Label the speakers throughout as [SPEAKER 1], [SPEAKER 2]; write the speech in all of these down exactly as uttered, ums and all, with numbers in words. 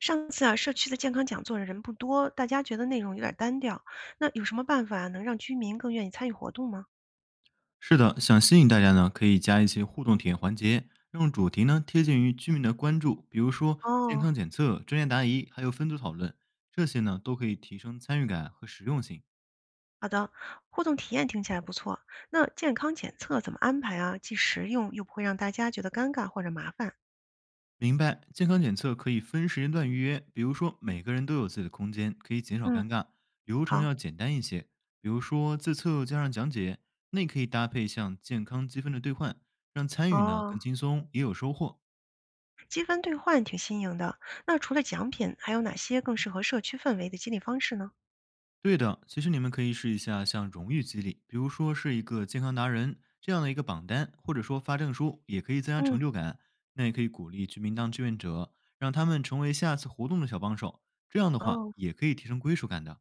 [SPEAKER 1] 上次啊，社区的健康讲座人不多，大家觉得内容有点单调。那有什么办法能让居民更愿意参与活动吗？
[SPEAKER 2] 是的，想吸引大家呢，可以加一些互动体验环节，让主题呢贴近于居民的关注，比如说健
[SPEAKER 1] 哦，
[SPEAKER 2] 康检测、专业答疑，还有分组讨论，这些呢都可以提升参与感和实用性。
[SPEAKER 1] 好的，互动体验听起来不错。那健康检测怎么安排啊？既实用又不会让大家觉得尴尬或者麻烦。
[SPEAKER 2] 明白，健康检测可以分时间段预约，比如说每个人都有自己的空间，可以减少
[SPEAKER 1] 嗯，
[SPEAKER 2] 尴尬。流程
[SPEAKER 1] 好。
[SPEAKER 2] 要简单一些，比如说自测加上讲解，那可以搭配像健康积分的兑换，让参与呢
[SPEAKER 1] 哦，
[SPEAKER 2] 更轻松，也有收获。
[SPEAKER 1] 积分兑换挺新颖的。那除了奖品，还有哪些更适合社区氛围的激励方式呢？
[SPEAKER 2] 对的，其实你们可以试一下像荣誉激励，比如说是一个健康达人这样的一个榜单，或者说发证书，也可以增加成
[SPEAKER 1] 嗯，
[SPEAKER 2] 就感。那也可以鼓励居民当志愿者，让他们成为下次活动的小帮手，这样的话
[SPEAKER 1] 哦。
[SPEAKER 2] 也可以提升归属感的。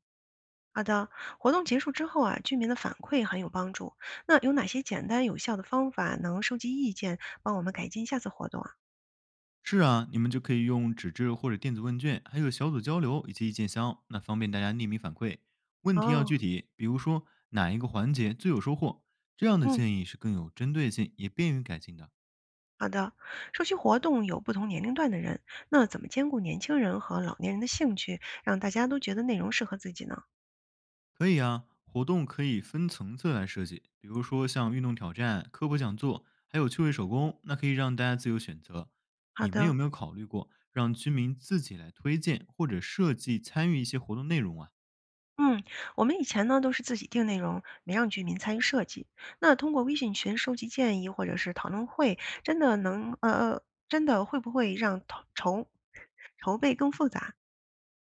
[SPEAKER 1] 好的，活动结束之后啊，居民的反馈很有帮助。那有哪些简单有效的方法能收集意见，帮我们改进下次活动啊？
[SPEAKER 2] 是啊，你们就可以用纸质或者电子问卷，还有小组交流以及意见箱，那方便大家匿名反馈。问题要
[SPEAKER 1] 哦，
[SPEAKER 2] 具体，比如说哪一个环节最有收获，这样的
[SPEAKER 1] 嗯，
[SPEAKER 2] 建议是更有针对性，也便于改进的。
[SPEAKER 1] 好的。社区活动有不同年龄段的人，那怎么兼顾年轻人和老年人的兴趣，让大家都觉得内容适合自己呢？
[SPEAKER 2] 可以啊，活动可以分层次来设计，比如说像运动挑战、科普讲座，还有趣味手工，那可以让大家自由选择。
[SPEAKER 1] 好
[SPEAKER 2] 你们有
[SPEAKER 1] 的。
[SPEAKER 2] 没有考虑过让居民自己来推荐或者设计参与一些活动内容啊？
[SPEAKER 1] 嗯，我们以前呢都是自己定内容，没让居民参与设计。那通过微信群收集建议或者是讨论会，真的能呃呃，真的会不会让讨筹筹备更复杂？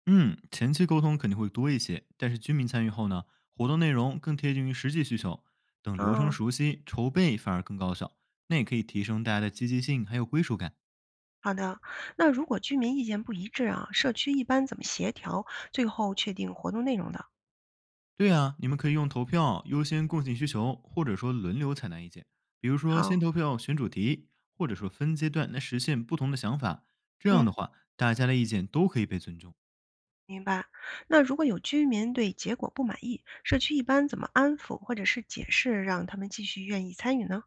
[SPEAKER 2] 嗯，前期沟通肯定会多一些，但是居民参与后呢，活动内容更贴近于实际需求。等流程
[SPEAKER 1] 哦，
[SPEAKER 2] 熟悉，筹备反而更高效，那也可以提升大家的积极性还有归属感。
[SPEAKER 1] 好的。那如果居民意见不一致啊，社区一般怎么协调，最后确定活动内容的？
[SPEAKER 2] 对啊，你们可以用投票优先共性需求，或者说轮流采纳意见。比如说，先
[SPEAKER 1] 好，
[SPEAKER 2] 投票选主题，或者说分阶段来实现不同的想法。这样
[SPEAKER 1] 嗯，
[SPEAKER 2] 的话，大家的意见都可以被尊重。
[SPEAKER 1] 明白。那如果有居民对结果不满意，社区一般怎么安抚或者是解释，让他们继续愿意参与呢？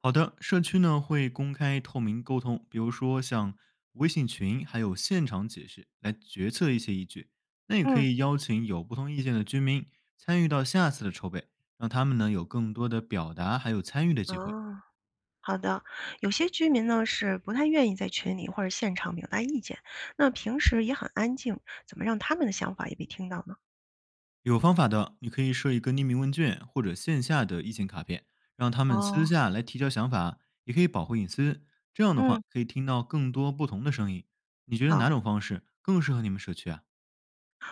[SPEAKER 2] 好的，社区呢会公开透明沟通，比如说像微信群，还有现场解释来决策一些依据。那也可
[SPEAKER 1] 嗯，
[SPEAKER 2] 以邀请有不同意见的居民参与到下次的筹备，让他们呢有更多的表达还有参与的机会。
[SPEAKER 1] 哦，好的。有些居民呢是不太愿意在群里或者现场表达意见，那平时也很安静，怎么让他们的想法也被听到呢？
[SPEAKER 2] 有方法的，你可以设一个匿名问卷或者线下的意见卡片，让他们私
[SPEAKER 1] 哦，
[SPEAKER 2] 下来提交想法，也可以保护隐私。这样的话，
[SPEAKER 1] 嗯，
[SPEAKER 2] 可以听到更多不同的声音。你觉得哪
[SPEAKER 1] 好。
[SPEAKER 2] 种方式更适合你们社区啊？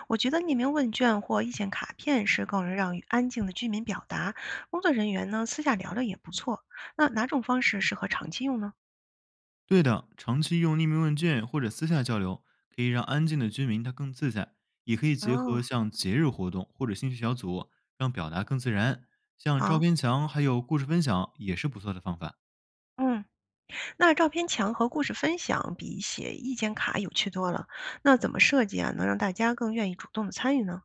[SPEAKER 1] 我觉得匿名问卷或意见卡片是更能让安静的居民表达，工作人员呢私下聊聊也不错。那哪种方式适合长期用呢？
[SPEAKER 2] 对的，长期用匿名问卷或者私下交流，可以让安静的居民他更自在，也可以结合
[SPEAKER 1] 哦，
[SPEAKER 2] 像节日活动或者兴趣小组，让表达更自然。像照
[SPEAKER 1] 好，
[SPEAKER 2] 片墙还有故事分享也是不错的方法。
[SPEAKER 1] 嗯，那照片墙和故事分享比写意见卡有趣多了。那怎么设计啊，能让大家更愿意主动的参与呢？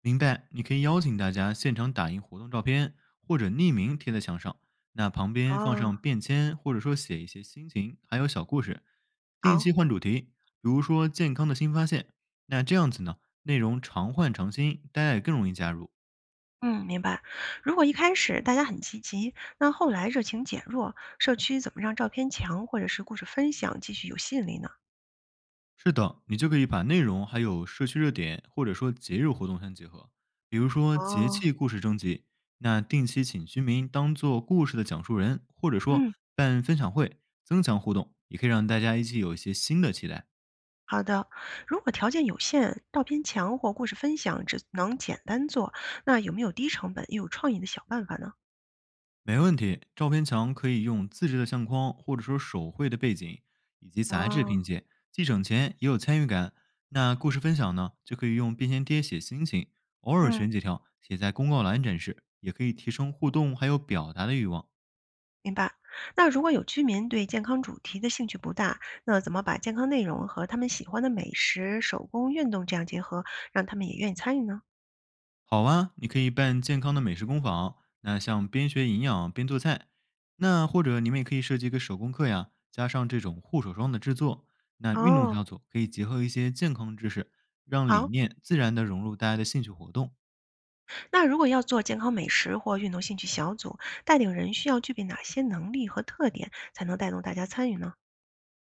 [SPEAKER 2] 明白，你可以邀请大家现场打印活动照片，或者匿名贴在墙上，那旁边放
[SPEAKER 1] 哦，
[SPEAKER 2] 上便签，或者说写一些心情，还有小故事。定
[SPEAKER 1] 好。
[SPEAKER 2] 期换主题，比如说健康的新发现。那这样子呢，内容常换常新，大家也更容易加入。
[SPEAKER 1] 嗯，明白。如果一开始大家很积极，那后来热情减弱，社区怎么让照片墙或者是故事分享继续有吸引力呢？
[SPEAKER 2] 是的，你就可以把内容还有社区热点或者说节日活动相结合，比如说节
[SPEAKER 1] 哦，
[SPEAKER 2] 气故事征集，那定期请居民当做故事的讲述人，或者说
[SPEAKER 1] 嗯。
[SPEAKER 2] 办分享会，增强互动，也可以让大家一起有一些新的期待。
[SPEAKER 1] 好的，如果条件有限，照片墙或故事分享只能简单做，那有没有低成本又有创意的小办法呢？
[SPEAKER 2] 没问题，照片墙可以用自制的相框，或者说手绘的背景以及杂志
[SPEAKER 1] 哦，
[SPEAKER 2] 拼接，既省钱也有参与感。那故事分享呢，就可以用便签贴写心情，偶尔
[SPEAKER 1] 嗯，
[SPEAKER 2] 选几条写在公告栏展示，也可以提升互动还有表达的欲望。
[SPEAKER 1] 明白。那如果有居民对健康主题的兴趣不大，那怎么把健康内容和他们喜欢的美食、手工、运动这样结合，让他们也愿意参与呢？
[SPEAKER 2] 好啊，你可以办健康的美食工坊，那像边学营养边做菜，那或者你们也可以设计一个手工课呀，加上这种护手霜的制作。那运动
[SPEAKER 1] 哦，
[SPEAKER 2] 小组可以结合一些健康知识，让理
[SPEAKER 1] 好。
[SPEAKER 2] 念自然的融入大家的兴趣活动。
[SPEAKER 1] 那如果要做健康美食或运动兴趣小组，带领人需要具备哪些能力和特点，才能带动大家参与呢？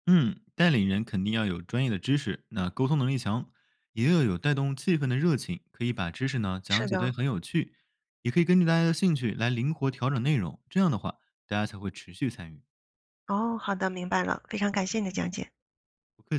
[SPEAKER 2] 嗯，带领人肯定要有专业的知识，那沟通能力强，也要有带动气氛的热情，可以把知识呢
[SPEAKER 1] 是
[SPEAKER 2] 讲解
[SPEAKER 1] 的。
[SPEAKER 2] 的很有趣，也可以根据大家的兴趣来灵活调整内容，这样的话大家才会持续参与。
[SPEAKER 1] 哦，好的，明白了，非常感谢你的讲解。
[SPEAKER 2] 不客气。